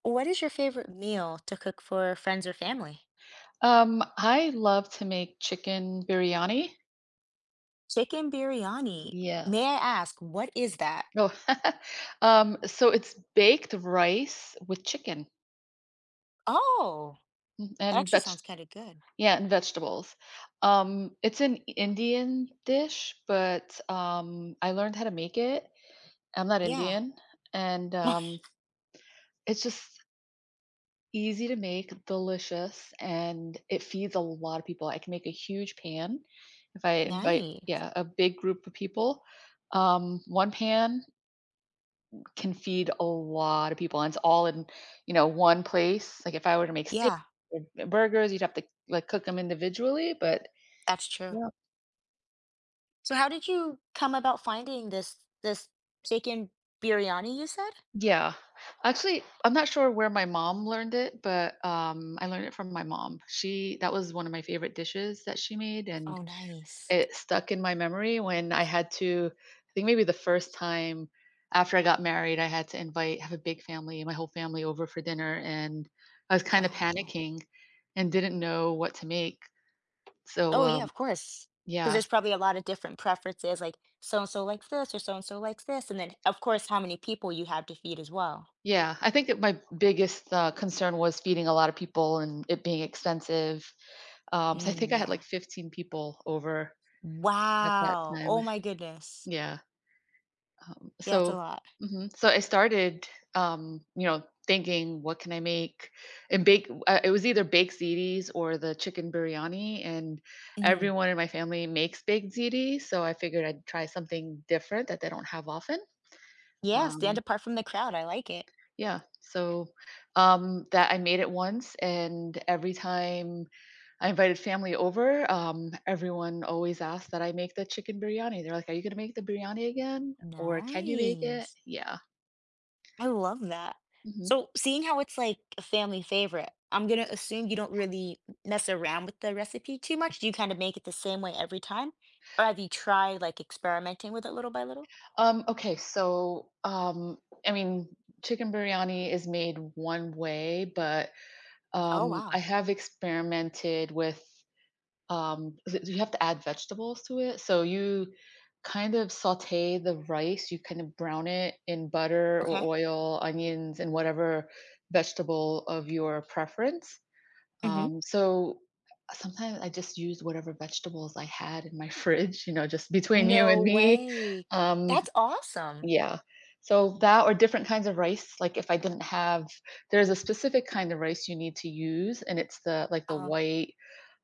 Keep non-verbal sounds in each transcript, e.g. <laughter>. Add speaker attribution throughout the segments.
Speaker 1: What is your favorite meal to cook for friends or family?
Speaker 2: I love to make chicken biryani.
Speaker 1: Chicken biryani. May
Speaker 2: Yes.
Speaker 1: I ask, what is that?
Speaker 2: Oh, <laughs> So it's baked rice with chicken
Speaker 1: Oh, that
Speaker 2: and
Speaker 1: actually
Speaker 2: veg,
Speaker 1: sounds kind of good.
Speaker 2: yeah, and vegetables. It's an Indian dish, but I learned how to make it. I'm not
Speaker 1: Yeah.
Speaker 2: Indian, and
Speaker 1: <laughs>
Speaker 2: it's just easy to make, delicious, and it feeds a lot of people. I can make a huge pan if I invite,
Speaker 1: Nice.
Speaker 2: yeah, a big group of people. One pan can feed a lot of people, and it's all in, one place. Like if I were to make steak
Speaker 1: Yeah,
Speaker 2: or burgers, you'd have to, like, cook them individually, but
Speaker 1: that's true.
Speaker 2: yeah.
Speaker 1: So how did you come about finding this chicken biryani you said?
Speaker 2: Yeah. Actually, I'm not sure where my mom learned it, but, I learned it from my mom. She that was one of my favorite dishes that she made, and
Speaker 1: Oh, nice.
Speaker 2: it stuck in my memory when I had to, I think maybe the first time after I got married, I had to invite have a big family, my whole family over for dinner, and I was kinda
Speaker 1: Wow.
Speaker 2: panicking and didn't know what to make. So,
Speaker 1: Oh, yeah, of course. Because
Speaker 2: yeah.
Speaker 1: there's probably a lot of different preferences, like so and so likes this or so and so likes this, and then of course how many people you have to feed as well.
Speaker 2: Yeah, I think that my biggest, concern was feeding a lot of people and it being expensive. So I think
Speaker 1: Mm,
Speaker 2: I had,
Speaker 1: yeah.
Speaker 2: like, 15 people over at that
Speaker 1: Wow.
Speaker 2: time.
Speaker 1: Oh my goodness.
Speaker 2: Yeah. Um,
Speaker 1: Yeah, it's a
Speaker 2: so,
Speaker 1: lot.
Speaker 2: mhm, so I started, thinking, what can I make? And bake. It was either baked ziti or the chicken biryani, and
Speaker 1: Mhm.
Speaker 2: everyone in my family makes baked ziti. So I figured I'd try something different that they don't have often.
Speaker 1: Yeah, stand
Speaker 2: Um,
Speaker 1: apart from the crowd. I like it.
Speaker 2: yeah. So that, I made it once, and every time I invited family over, everyone always asked that I make the chicken biryani. They're like, "Are you gonna make the biryani again? Or can you make it?"
Speaker 1: Nice.
Speaker 2: Yeah.
Speaker 1: I love that.
Speaker 2: Hmm.
Speaker 1: So, seeing how it's like a family favorite, I'm gonna assume you don't really mess around with the recipe too much. Do you kind of make it the same way every time? Or have you tried like experimenting with it little by little?
Speaker 2: Um, okay, so um, I mean, chicken biryani is made one way, but
Speaker 1: Oh,
Speaker 2: I
Speaker 1: wow.
Speaker 2: have experimented with you have to add vegetables to it. So you kind of saute the rice, you kind of brown it in butter or
Speaker 1: Okay.
Speaker 2: oil, onions, and whatever vegetable of your preference.
Speaker 1: Hmm.
Speaker 2: So sometimes I just used whatever vegetables I had in my <laughs> fridge, you know, just between you
Speaker 1: No
Speaker 2: and me.
Speaker 1: way.
Speaker 2: Um,
Speaker 1: That's awesome.
Speaker 2: yeah. So that or different kinds of rice, like if I didn't have, there's a specific kind of rice you need to use, and it's the, like, the
Speaker 1: Oh,
Speaker 2: white,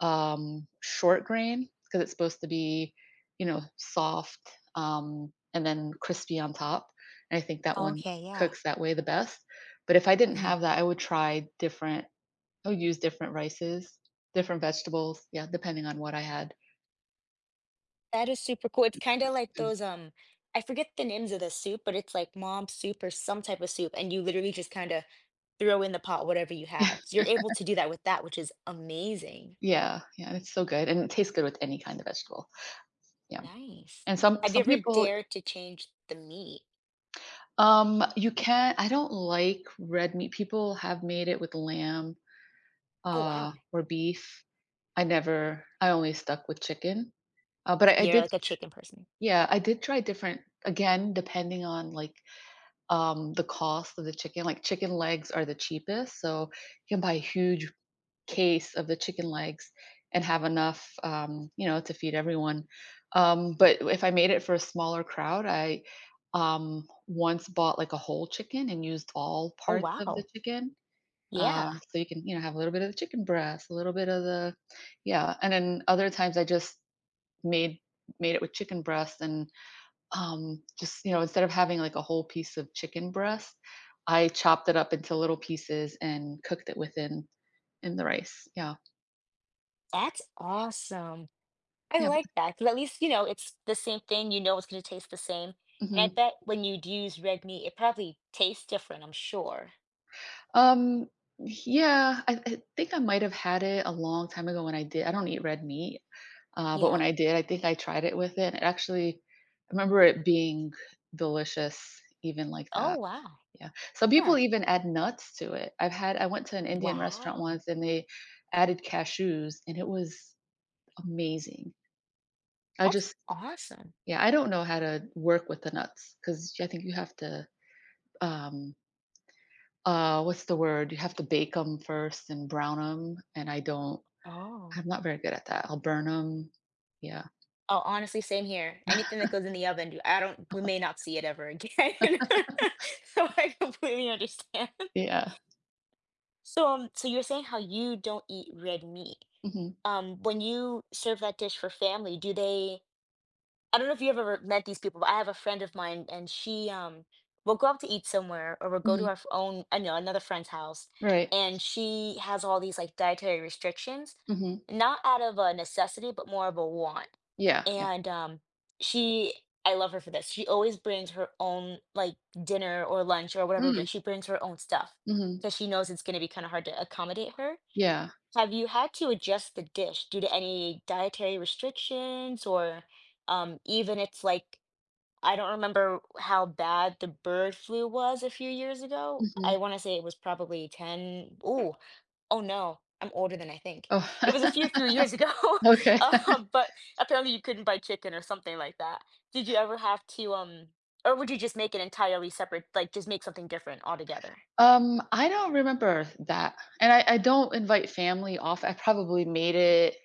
Speaker 2: short grain, because it's supposed to be, you know, soft, and then crispy on top, and I think that one
Speaker 1: okay. Yeah.
Speaker 2: cooks that way the best. But if I didn't
Speaker 1: Mm.
Speaker 2: have that, I would use different rices, different vegetables, yeah, depending on what I had.
Speaker 1: That is super cool. It's kinda like
Speaker 2: Mm.
Speaker 1: those, I forget the names of the soup, but it's like mom soup or some type of soup, and you literally just kinda throw in the pot whatever you
Speaker 2: <laughs> Yeah.
Speaker 1: have. So you're able to do that with that, which is amazing.
Speaker 2: Yeah, yeah, and it's so good, and it tastes good with any kind of vegetable. Yeah.
Speaker 1: Nice.
Speaker 2: And
Speaker 1: Have you
Speaker 2: some
Speaker 1: ever
Speaker 2: people,
Speaker 1: dared to change the meat?
Speaker 2: you can, I don't like red meat. People have made it with lamb,
Speaker 1: Oh, wow.
Speaker 2: or beef. I never I only stuck with chicken. Uh, but I
Speaker 1: You're
Speaker 2: did,
Speaker 1: like a chicken person.
Speaker 2: yeah, I did try different, again, depending on, like, the cost of the chicken. Like chicken legs are the cheapest, so you can buy a huge case of the chicken legs and have enough, to feed everyone. But if I made it for a smaller crowd, I once bought, like, a whole chicken and used all
Speaker 1: Oh,
Speaker 2: parts of the
Speaker 1: wow.
Speaker 2: chicken.
Speaker 1: Yeah.
Speaker 2: So you can, you know, have a little bit of the chicken breast, a little bit of the, yeah. And then other times I just made made it with chicken breast and, just, you know, instead of having, like, a whole piece of chicken breast, I chopped it up into little pieces and cooked it within in the rice. Yeah,
Speaker 1: That's awesome. I
Speaker 2: yeah.
Speaker 1: like that, 'cause at least, you know, it's the same thing, you know it's gonna taste the same, and I
Speaker 2: Mhm.
Speaker 1: bet when you'd use red meat, it probably tastes different, I'm sure.
Speaker 2: Um, yeah, I think I might have had it a long time ago when I did, I don't eat red meat, but when
Speaker 1: Yeah.
Speaker 2: I did, I think I tried it with it, and it actually, I remember it being delicious even like
Speaker 1: Oh,
Speaker 2: that.
Speaker 1: wow.
Speaker 2: Yeah. Some
Speaker 1: Huh.
Speaker 2: people even add nuts to it. I went to an Indian restaurant
Speaker 1: Wow.
Speaker 2: once, and they added cashews, and it was amazing. I
Speaker 1: That's
Speaker 2: just
Speaker 1: awesome.
Speaker 2: Yeah, I don't know how to work with the nuts because I think you have to, um what's the word? You have to bake them 'em first and brown them, and
Speaker 1: Oh.
Speaker 2: I'm not very good at that. I'll burn them. Yeah.
Speaker 1: Oh, honestly, same here. Anything that goes in the oven, I don't we may not see it ever again. <laughs> So I completely understand.
Speaker 2: Yeah.
Speaker 1: So, so you're saying how you don't eat red meat.
Speaker 2: Mhm.
Speaker 1: When you serve that dish for family, do they I don't know if you've ever met these people, but I have a friend of mine and she will go out to eat somewhere or we'll go to
Speaker 2: Mhm.
Speaker 1: our f- own, I know, another friend's house,
Speaker 2: Right.
Speaker 1: and she has all these like dietary restrictions,
Speaker 2: Mhm.
Speaker 1: not out of a necessity, but more of a want.
Speaker 2: Yeah, yeah.
Speaker 1: And she I love her for this. She always brings her own like dinner or lunch or whatever we're
Speaker 2: Mm.
Speaker 1: doing. She brings her own stuff
Speaker 2: Mhm.
Speaker 1: because she knows it's gonna be kind of hard to accommodate her.
Speaker 2: Yeah.
Speaker 1: Have you had to adjust the dish due to any dietary restrictions or even it's like, I don't remember how bad the bird flu was a few years ago.
Speaker 2: Mhm.
Speaker 1: I want to say it was probably 10. Ooh, oh no, I'm older than I think.
Speaker 2: Oh,
Speaker 1: It was a few,
Speaker 2: <laughs>
Speaker 1: few years ago.
Speaker 2: okay.
Speaker 1: <laughs> But apparently you couldn't buy chicken or something like that. Did you ever have to, or would you just make it entirely separate, like just make something different altogether?
Speaker 2: I don't remember that, and I don't invite family off, I probably made it,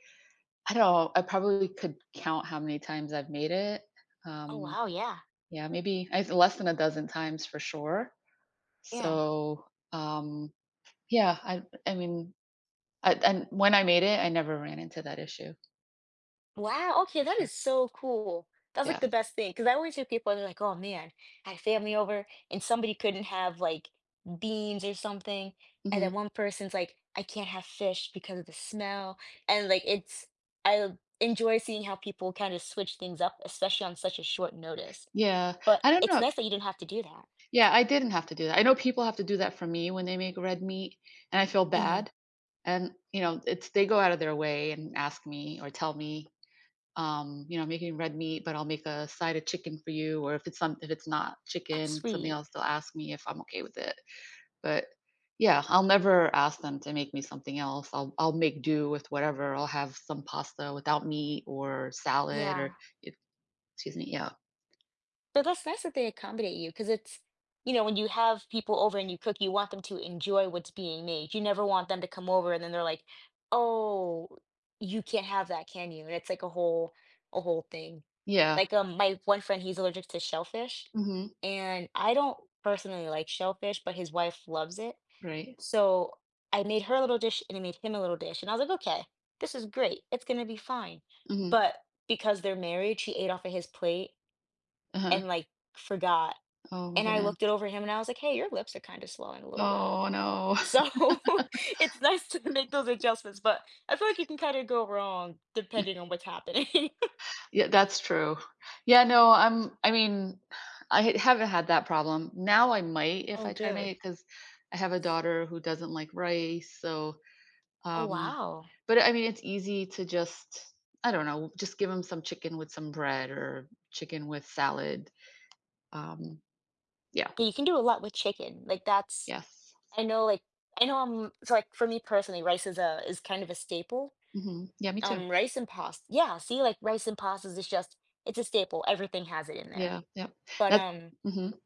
Speaker 2: I don't know, I probably could count how many times I've made it.
Speaker 1: Oh
Speaker 2: Um,
Speaker 1: wow, yeah,
Speaker 2: yeah, maybe I less than a dozen times for sure.
Speaker 1: yeah.
Speaker 2: So, um Yeah, I mean, I and when I made it, I never ran into that issue.
Speaker 1: Wow, okay, that
Speaker 2: Uh,
Speaker 1: is so cool. That's
Speaker 2: yeah.
Speaker 1: like the best thing because I always hear people, they're like, "Oh man, I had family over and somebody couldn't have like beans or something." And then
Speaker 2: Mhm.
Speaker 1: one person's like, "I can't have fish because of the smell." And like it's I enjoy seeing how people kind of switch things up, especially on such a short notice.
Speaker 2: Yeah.
Speaker 1: But
Speaker 2: I don't
Speaker 1: it's
Speaker 2: know.
Speaker 1: nice that you didn't have to do that.
Speaker 2: Yeah, I didn't have to do that. I know people have to do that for me when they make red meat, and I feel
Speaker 1: Mhm.
Speaker 2: bad. And, you know, it's, they go out of their way and ask me or tell me, you know, "I'm making red meat, but I'll make a side of chicken for you." Or if it's some, if it's not
Speaker 1: That's
Speaker 2: chicken, something
Speaker 1: sweet.
Speaker 2: else, they'll ask me if I'm okay with it. But yeah, I'll never ask them to make me something else. I'll make do with whatever. I'll have some pasta without meat or salad or
Speaker 1: Yeah.
Speaker 2: e excuse me, yeah.
Speaker 1: So that's nice that they accommodate you because it's, you know, when you have people over and you cook, you want them to enjoy what's being made. You never want them to come over and then they're like, "Oh, you can't have that, can you?" And it's like a whole thing.
Speaker 2: Yeah.
Speaker 1: Like my one friend, he's allergic to shellfish,
Speaker 2: Mhm.
Speaker 1: and I don't personally like shellfish, but his wife loves it.
Speaker 2: Right.
Speaker 1: So I made her a little dish and I made him a little dish, and I was like, "Okay, this is great. It's gonna be fine."
Speaker 2: Mhm.
Speaker 1: But because they're married, she ate off of his plate
Speaker 2: Uh-huh.
Speaker 1: and, like, forgot,
Speaker 2: Oh my
Speaker 1: and I
Speaker 2: goodness.
Speaker 1: looked it over him and I was like, "Hey, your lips are kinda swelling a little bit."
Speaker 2: Oh, no.
Speaker 1: So,
Speaker 2: <laughs>
Speaker 1: <laughs> it's nice to make those adjustments, but I feel like you can kinda go wrong depending on what's happening. <laughs>
Speaker 2: Yeah, that's true. Yeah, no, I mean, I ha haven't had that problem. Now I might if
Speaker 1: Oh,
Speaker 2: I try to make
Speaker 1: good.
Speaker 2: it because I have a daughter who doesn't like rice, so
Speaker 1: Oh,
Speaker 2: Um,
Speaker 1: wow.
Speaker 2: but I mean, it's easy to just, I don't know, just give them some chicken with some bread or chicken with salad. Um, yeah,
Speaker 1: But you can do a lot with chicken, like, that's
Speaker 2: yes.
Speaker 1: I know, like I know I'm so, like, for me personally, rice is a is kind of a staple.
Speaker 2: Hmm. Yeah, me too.
Speaker 1: Rice and pasta. Yeah, see, like, rice and pastas is just it's a staple, everything has it in there.
Speaker 2: Yeah, yeah.
Speaker 1: But,
Speaker 2: That's, mhm.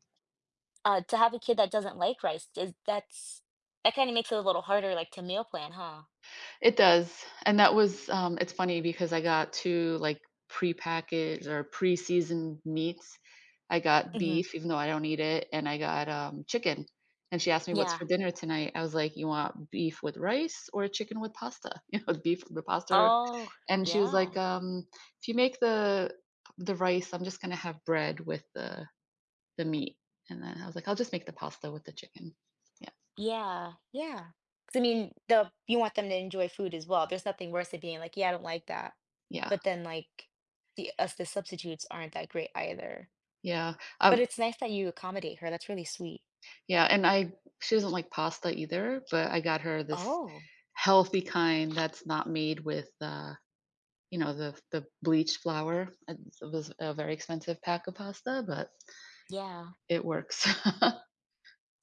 Speaker 1: To have a kid that doesn't like rice is that's that kinda makes it a little harder, like, to meal plan, huh?
Speaker 2: It does, and that was, it's funny because I got two, like, prepackaged or pre-seasoned meats. I got
Speaker 1: Mhm.
Speaker 2: beef, even though I don't eat it, and I got, chicken, and she asked me, "What's
Speaker 1: Yeah.
Speaker 2: for dinner tonight?" I was like, "You want beef with rice or chicken with pasta?" <laughs> You know, beef with pasta,
Speaker 1: Oh,
Speaker 2: and she was like,
Speaker 1: yeah.
Speaker 2: If you make the rice, I'm just gonna have bread with the meat," and then I was like, "I'll just make the pasta with the chicken." Yeah,
Speaker 1: Yeah, yeah. 'Cause I mean, the you want them to enjoy food as well. There's nothing worse than being like, "Yeah, I don't like that."
Speaker 2: yeah,
Speaker 1: But then, like, the us the substitutes aren't that great either.
Speaker 2: yeah,
Speaker 1: But
Speaker 2: um,
Speaker 1: it's nice that you accommodate her, that's really sweet.
Speaker 2: yeah, and I she doesn't like pasta either, but I got her this
Speaker 1: Oh,
Speaker 2: healthy kind that's not made with, you know, the bleached flour. It was a very expensive pack of pasta, but
Speaker 1: yeah.
Speaker 2: it works. <laughs>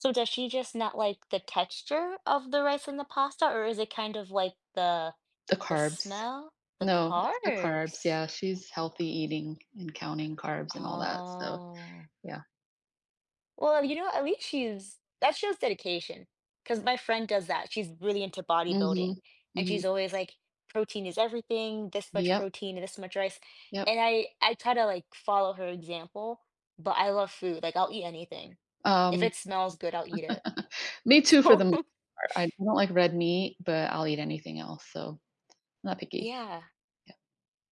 Speaker 1: So does she just not like the texture of the rice and the pasta, or is it kind of like
Speaker 2: The
Speaker 1: the
Speaker 2: carbs.
Speaker 1: smell? The
Speaker 2: No, it's the carbs,
Speaker 1: carbs.
Speaker 2: yeah, she's healthy eating and counting carbs and all that, so,
Speaker 1: Oh.
Speaker 2: yeah.
Speaker 1: Well, you know, at least she's that shows dedication. Because my friend does that. She's really into bodybuilding,
Speaker 2: Mhm.
Speaker 1: and she's
Speaker 2: Mhm.
Speaker 1: always like, "Protein is everything, this much
Speaker 2: Yep,
Speaker 1: protein and this much rice."
Speaker 2: yep.
Speaker 1: And I try to, like, follow her example, but I love food, like, I'll eat anything. If
Speaker 2: Um,
Speaker 1: it smells good, I'll eat it.
Speaker 2: Me
Speaker 1: <laughs>
Speaker 2: too for the
Speaker 1: So,
Speaker 2: meat part. I don't like red meat, but I'll eat anything else, so, I'm not picky.
Speaker 1: yeah,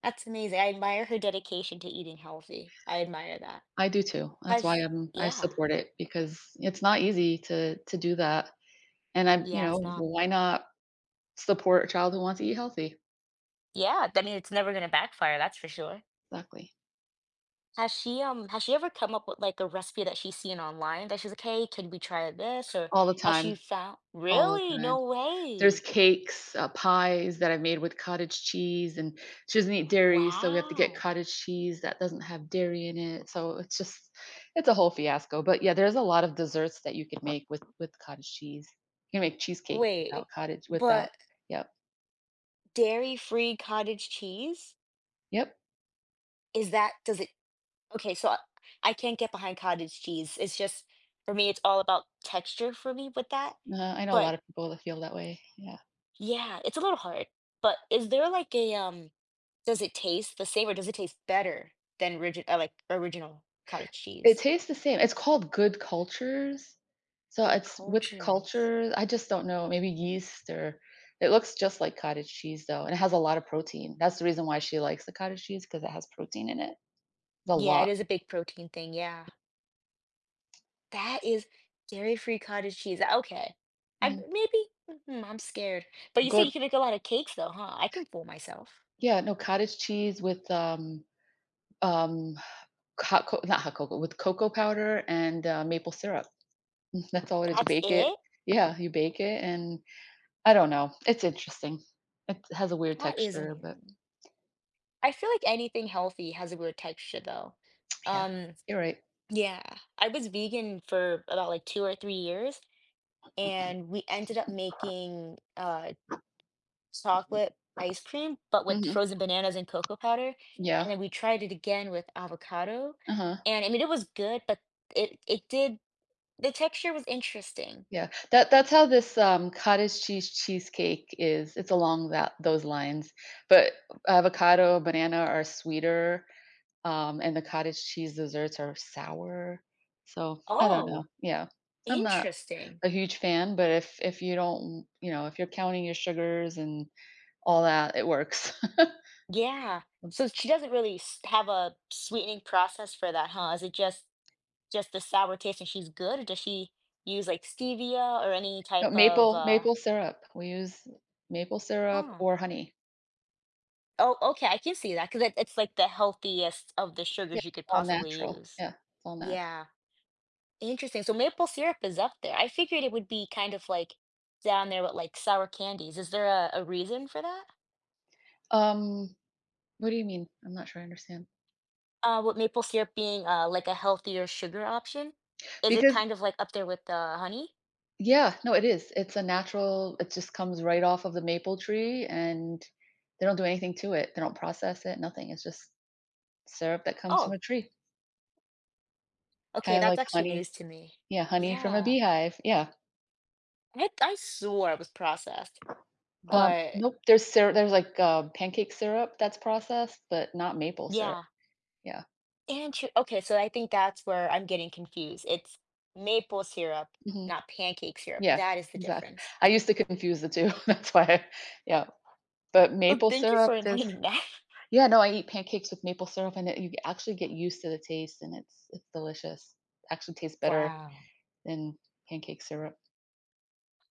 Speaker 1: that's amazing. I admire her dedication to eating healthy. I admire that.
Speaker 2: I do too. That's why
Speaker 1: Has
Speaker 2: I
Speaker 1: yeah.
Speaker 2: support it because it's not easy to do that, and I'm you
Speaker 1: Yeah, it's
Speaker 2: know,
Speaker 1: not
Speaker 2: why not support a child who wants to eat healthy?
Speaker 1: Yeah, I mean, it's never gonna backfire, that's for sure.
Speaker 2: Exactly.
Speaker 1: Has she ever come up with, like, a recipe that she's seen online that she's like, "Hey, could we try this?" Or
Speaker 2: All the
Speaker 1: has
Speaker 2: time,
Speaker 1: she found
Speaker 2: all the
Speaker 1: Really?
Speaker 2: time.
Speaker 1: No
Speaker 2: There's
Speaker 1: way.
Speaker 2: cakes, pies that I made with cottage cheese, and she doesn't eat dairy, so we have to get
Speaker 1: Wow.
Speaker 2: cottage cheese that doesn't have dairy in it, so it's just, it's a whole fiasco, but yeah, there's a lot of desserts that you could make with cottage cheese. You can make cheesecake
Speaker 1: Wait,
Speaker 2: without cottage
Speaker 1: but
Speaker 2: without, yep,
Speaker 1: dairy-free cottage cheese?
Speaker 2: yep.
Speaker 1: Is that does it Okay, so I can't get behind cottage cheese. It's just for me, it's all about texture for me with that.
Speaker 2: I know a lot
Speaker 1: But
Speaker 2: of people that feel that way, yeah.
Speaker 1: yeah, it's a little hard, but is there like a does it taste the same or does it taste better than rigid like original cottage
Speaker 2: It
Speaker 1: cheese?
Speaker 2: tastes the same, it's called Good Cultures, so
Speaker 1: Food
Speaker 2: it's with
Speaker 1: cultures.
Speaker 2: cultures. I just don't know, maybe yeast or, it looks just like cottage cheese, though, and it has a lot of protein. That's the reason why she likes the cottage cheese, because it has protein in it. A
Speaker 1: Yeah, it
Speaker 2: lot.
Speaker 1: is a big protein thing. Yeah. That is dairy-free cottage cheese. Uh, okay. I
Speaker 2: Mhm.
Speaker 1: maybe mhm, I'm scared. But you say
Speaker 2: Good
Speaker 1: you can make a lot of cakes though, huh? I can fool myself.
Speaker 2: Yeah, no, cottage cheese with, um, hot co not hot cocoa, with cocoa powder and, maple syrup. <laughs> That's all it is, you
Speaker 1: That's
Speaker 2: bake it,
Speaker 1: it?
Speaker 2: yeah, you bake it and I don't know. It's interesting. It has a weird
Speaker 1: That is
Speaker 2: texture, but
Speaker 1: amazing. I feel like anything healthy has a weird texture though.
Speaker 2: yeah,
Speaker 1: Um,
Speaker 2: you're right.
Speaker 1: yeah. I was vegan for about like 2 or 3 years. And we ended up making chocolate ice cream, but with
Speaker 2: Mhm.
Speaker 1: frozen bananas and cocoa powder.
Speaker 2: Yeah.
Speaker 1: And then we tried it again with avocado,
Speaker 2: Uh-huh.
Speaker 1: and I mean it was good, but it did the texture was interesting.
Speaker 2: Yeah. That that's how this, cottage cheese cheesecake is. It's along that those lines, but avocado, banana are sweeter, and the cottage cheese desserts are sour. So, I don't know.
Speaker 1: Oh,
Speaker 2: Yeah. I'm not
Speaker 1: interesting.
Speaker 2: a huge fan, but if you don't, you know, if you're counting your sugars and all that, it works.
Speaker 1: Yeah. So she doesn't really s- have a sweetening process for that, huh? Is it just the sour taste and she's good, or does she use like stevia or any
Speaker 2: No,
Speaker 1: type of uh?
Speaker 2: maple syrup. We use maple syrup
Speaker 1: Huh.
Speaker 2: or honey.
Speaker 1: Oh, okay, I can see that 'cause it it's like the healthiest of the
Speaker 2: Yeah,
Speaker 1: sugars you could
Speaker 2: all
Speaker 1: possibly
Speaker 2: natural.
Speaker 1: use.
Speaker 2: Yeah, it's all natural.
Speaker 1: Yeah, interesting. So maple syrup is up there. I figured it would be kind of like down there with like sour candies. Is there a reason for that?
Speaker 2: Um, what do you mean? I'm not sure I understand.
Speaker 1: With maple syrup being like a healthier sugar option, is it
Speaker 2: Because
Speaker 1: kind of like up there with honey?
Speaker 2: Yeah, no, it is. It's a natural, it just comes right off of the maple tree, and they don't do anything to it. They don't process it, nothing. It's just syrup that comes from
Speaker 1: Oh,
Speaker 2: a tree, kind
Speaker 1: okay,
Speaker 2: of
Speaker 1: that's
Speaker 2: like
Speaker 1: actually
Speaker 2: honey.
Speaker 1: news to me.
Speaker 2: Yeah, honey from a
Speaker 1: Yeah,
Speaker 2: beehive. Yeah.
Speaker 1: I swore it was processed, but
Speaker 2: Nope, there's, like, pancake syrup that's processed, but not maple syrup.
Speaker 1: yeah.
Speaker 2: Yeah.
Speaker 1: Inter okay, so I think that's where I'm getting confused. It's maple syrup,
Speaker 2: Mhm.
Speaker 1: not pancake syrup.
Speaker 2: Yeah,
Speaker 1: That is the
Speaker 2: exactly.
Speaker 1: difference.
Speaker 2: I used to confuse the two, <laughs> yeah, but
Speaker 1: So
Speaker 2: maple
Speaker 1: thank you
Speaker 2: syrup
Speaker 1: for
Speaker 2: is
Speaker 1: enlightening that. <laughs>
Speaker 2: yeah, no, I eat pancakes with maple syrup and it, you actually get used to the taste, and it's delicious. Actually tastes better
Speaker 1: Wow.
Speaker 2: than pancake syrup.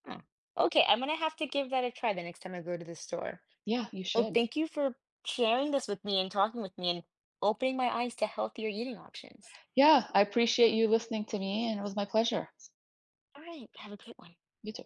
Speaker 1: Huh. Okay, I'm gonna have to give that a try the next time I go to the store.
Speaker 2: Yeah, you
Speaker 1: Well,
Speaker 2: should.
Speaker 1: thank you for sharing this with me and talking with me and opening my eyes to healthier eating options.
Speaker 2: Yeah, I appreciate you listening to me, and it was my pleasure.
Speaker 1: All right, have a good one.
Speaker 2: You too.